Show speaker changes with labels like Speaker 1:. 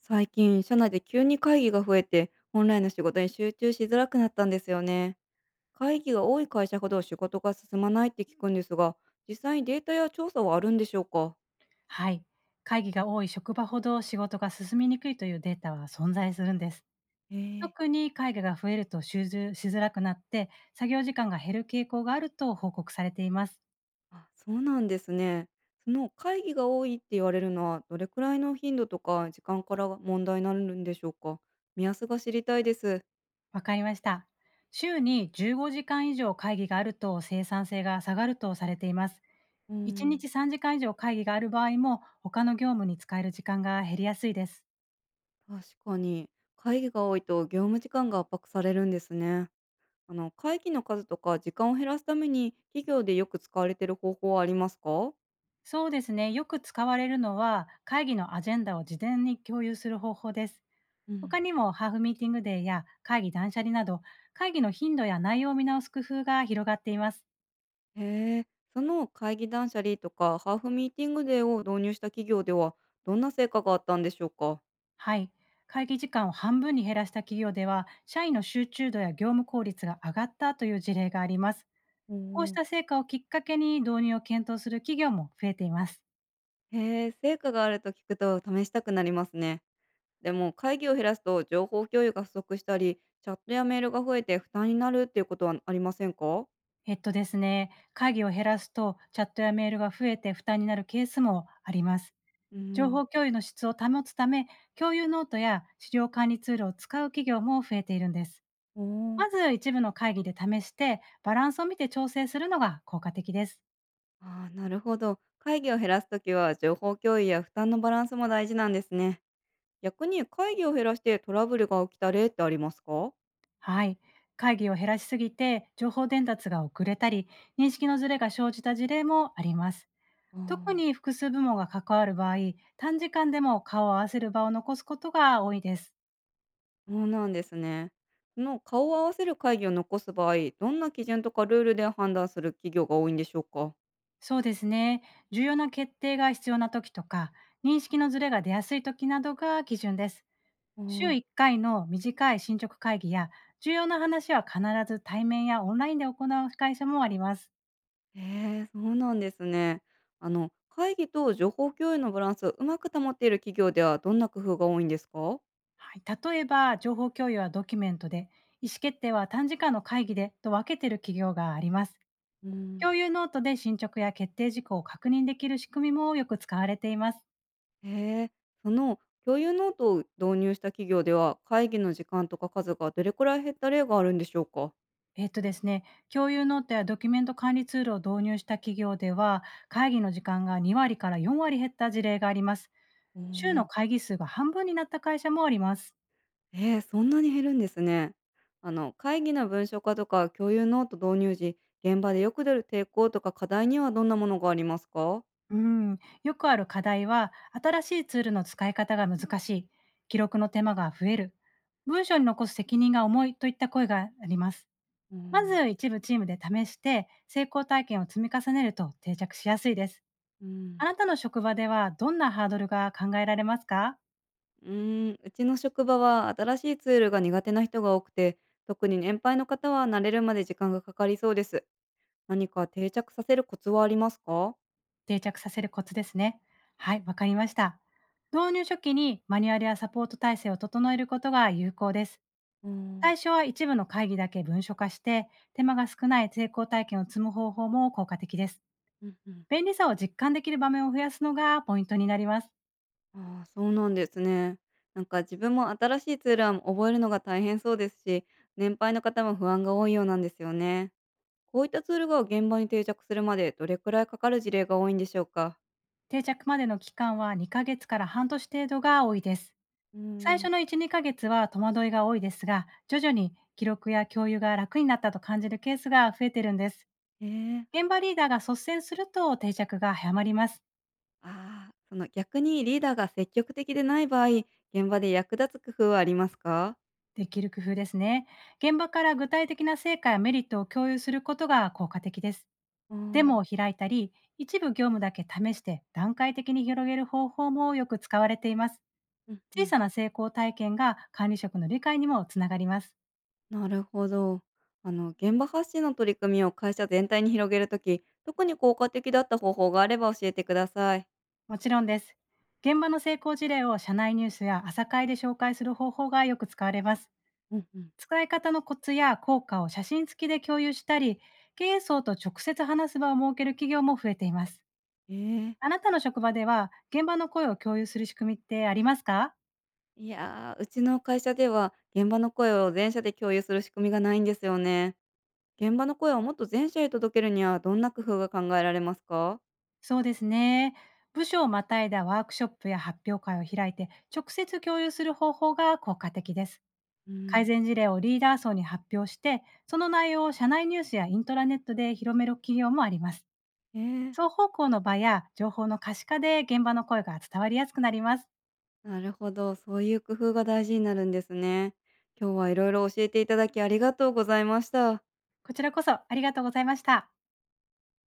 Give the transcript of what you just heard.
Speaker 1: 最近、社内で急に会議が増えて、本来の仕事に集中しづらくなったんですよね。会議が多い会社ほど仕事が進まないって聞くんですが、実際にデータや調査はあるんでしょうか？
Speaker 2: はい。会議が多い職場ほど仕事が進みにくいというデータは存在するんです。
Speaker 1: え
Speaker 2: 特
Speaker 1: え。
Speaker 2: に会議が増えると集中しづらくなって、作業時間が減る傾向があると報告されています。
Speaker 1: あ、そうなんですね。その会議が多いって言われるのは、どれくらいの頻度とか時間からが問題になるんでしょうか？目安が知りたいです。
Speaker 2: わかりました。週に15時間以上会議があると生産性が下がるとされています。
Speaker 1: うー
Speaker 2: 1
Speaker 1: ん。
Speaker 2: 日3時間以上会議がある場合も、他の業務に使える時間が減りやすいです。
Speaker 1: 確かに、会議が多いと業務時間が圧迫されるんですね。会議の数とか時間を減らすために、企業でよく使われている方法はありますか？
Speaker 2: そうですね。よく使われるのは会議のアジェンダを事前に共有する方法です。
Speaker 1: う
Speaker 2: 他
Speaker 1: ん。
Speaker 2: にもハーフミーティングデーや会議断捨離など、会議の頻度や内容を見直す工夫が広がっています。
Speaker 1: へえ、その会議断捨離とかハーフミーティングデーを導入した企業では、どんな成果があったんでしょうか？
Speaker 2: はい。会議時間を半分に減らした企業では、社員の集中度や業務効率が上がったという事例があります。
Speaker 1: お
Speaker 2: こうし
Speaker 1: ー。
Speaker 2: た成果をきっかけに導入を検討する企業も増えています。
Speaker 1: へえ、成果があると聞くと試したくなりますね。でも会議を減らすと情報共有が不足したり、チャットやメールが増えて負担になるっていうことはありませんか？
Speaker 2: えっとですね、会議を減らすとチャットやメールが増えて負担になるケースもあります。
Speaker 1: う
Speaker 2: 情
Speaker 1: ん。
Speaker 2: 報共有の質を保つため、共有ノートや資料管理ツールを使う企業も増えているんです。
Speaker 1: おー。
Speaker 2: まず一部の会議で試して、バランスを見て調整するのが効果的です。
Speaker 1: ああ、なるほど。会議を減らすときは情報共有や負担のバランスも大事なんですね。逆に会議を減らしてトラブルが起きた例ってありますか？
Speaker 2: はい。会議を減らしすぎて、情報伝達が遅れたり、認識のズレが生じた事例もあります。特
Speaker 1: あ
Speaker 2: に
Speaker 1: あ。
Speaker 2: 複数部門が関わる場合、短時間でも顔を合わせる場を残すことが多いです。
Speaker 1: そうなんですね。その顔を合わせる会議を残す場合、どんな基準とかルールで判断する企業が多いんでしょうか？
Speaker 2: そうですね。重要な決定が必要な時とか、認識のズレが出やすい時などが基準です。週
Speaker 1: ああ。
Speaker 2: 1回の短い進捗会議や、重要な話は必ず対面やオンラインで行う会社もあります。
Speaker 1: へえ、そうなんですね。会議と情報共有のバランスをうまく保っている企業ではどんな工夫が多いんですか？
Speaker 2: はい、例えば、情報共有はドキュメントで、意思決定は短時間の会議でと分けている企業があります。
Speaker 1: うん。
Speaker 2: 共有ノートで進捗や決定事項を確認できる仕組みもよく使われています。
Speaker 1: へえ、その共有ノートを導入した企業では会議の時間とか数がどれくらい減った例があるんでしょうか？
Speaker 2: えっとですね、共有ノートやドキュメント管理ツールを導入した企業では、会議の時間が2割から4割減った事例があります。週の
Speaker 1: ああ。
Speaker 2: 会議数が半分になった会社もあります。
Speaker 1: えーそんなに減るんですね。あの会議の文書化とか共有ノート導入時、現場でよく出る抵抗とか課題にはどんなものがありますか？
Speaker 2: よくある課題は、新しいツールの使い方が難しい、記録の手間が増える、文章に残す責任が重いといった声があります。
Speaker 1: う
Speaker 2: ま
Speaker 1: ん。
Speaker 2: ず一部チームで試して、成功体験を積み重ねると定着しやすいです。
Speaker 1: う
Speaker 2: あ
Speaker 1: ん。
Speaker 2: なたの職場ではどんなハードルが考えられますか？
Speaker 1: うーん、うちの職場は新しいツールが苦手な人が多くて、特に年配の方は慣れるまで時間がかかりそうです。何か定着させるコツはありますか？
Speaker 2: 定着させるコツですね。はい、わかりました。導入初期にマニュアルやサポート体制を整えることが有効です。
Speaker 1: うん。
Speaker 2: 最初は一部の会議だけ文書化して、手間が少ない成功体験を積む方法も効果的です。
Speaker 1: うんうん。
Speaker 2: 便利さを実感できる場面を増やすのがポイントになります。
Speaker 1: ああ、そうなんですね。なんか自分も新しいツールは覚えるのが大変そうですし、年配の方も不安が多いようなんですよね。こういったツールが現場に定着するまでどれくらいかかる事例が多いんでしょうか？
Speaker 2: 定着までの期間は2ヶ月から半年程度が多いです。
Speaker 1: うー
Speaker 2: 最初
Speaker 1: ん。
Speaker 2: の1、2ヶ月は戸惑いが多いですが、徐々に記録や共有が楽になったと感じるケースが増えてるんです。
Speaker 1: ええ。
Speaker 2: 現場リーダーが率先すると定着が早まります。
Speaker 1: ああ、その逆にリーダーが積極的でない場合、現場で役立つ工夫はありますか？
Speaker 2: できる工夫ですね。現場から具体的な成果やメリットを共有することが効果的です。
Speaker 1: あ
Speaker 2: デモを
Speaker 1: あ。
Speaker 2: 開いたり、一部業務だけ試して段階的に広げる方法もよく使われています。
Speaker 1: うんう
Speaker 2: 小
Speaker 1: ん、
Speaker 2: さな成功体験が管理職の理解にもつながります。
Speaker 1: なるほど。あの現場発信の取り組みを会社全体に広げるとき、特に効果的だった方法があれば教えてください。
Speaker 2: もちろんです。現場の成功事例を社内ニュースや朝会で紹介する方法がよく使われます。
Speaker 1: うんうん。
Speaker 2: 使い方のコツや効果を写真付きで共有したり、経営層と直接話す場を設ける企業も増えています。
Speaker 1: ええ。
Speaker 2: あなたの職場では、現場の声を共有する仕組みってありますか？
Speaker 1: いやー、うちの会社では現場の声を全社で共有する仕組みがないんですよね。現場の声をもっと全社へ届けるにはどんな工夫が考えられますか？
Speaker 2: そうですね。部署をまたいだワークショップや発表会を開いて、直接共有する方法が効果的です。
Speaker 1: う
Speaker 2: 改
Speaker 1: ん。
Speaker 2: 善事例をリーダー層に発表して、その内容を社内ニュースやイントラネットで広める企業もあります。
Speaker 1: ええ。
Speaker 2: 双方向の場や情報の可視化で現場の声が伝わりやすくなります。
Speaker 1: なるほど。そういう工夫が大事になるんですね。今日はいろいろ教えていただきありがとうございました。
Speaker 2: こちらこそありがとうございました。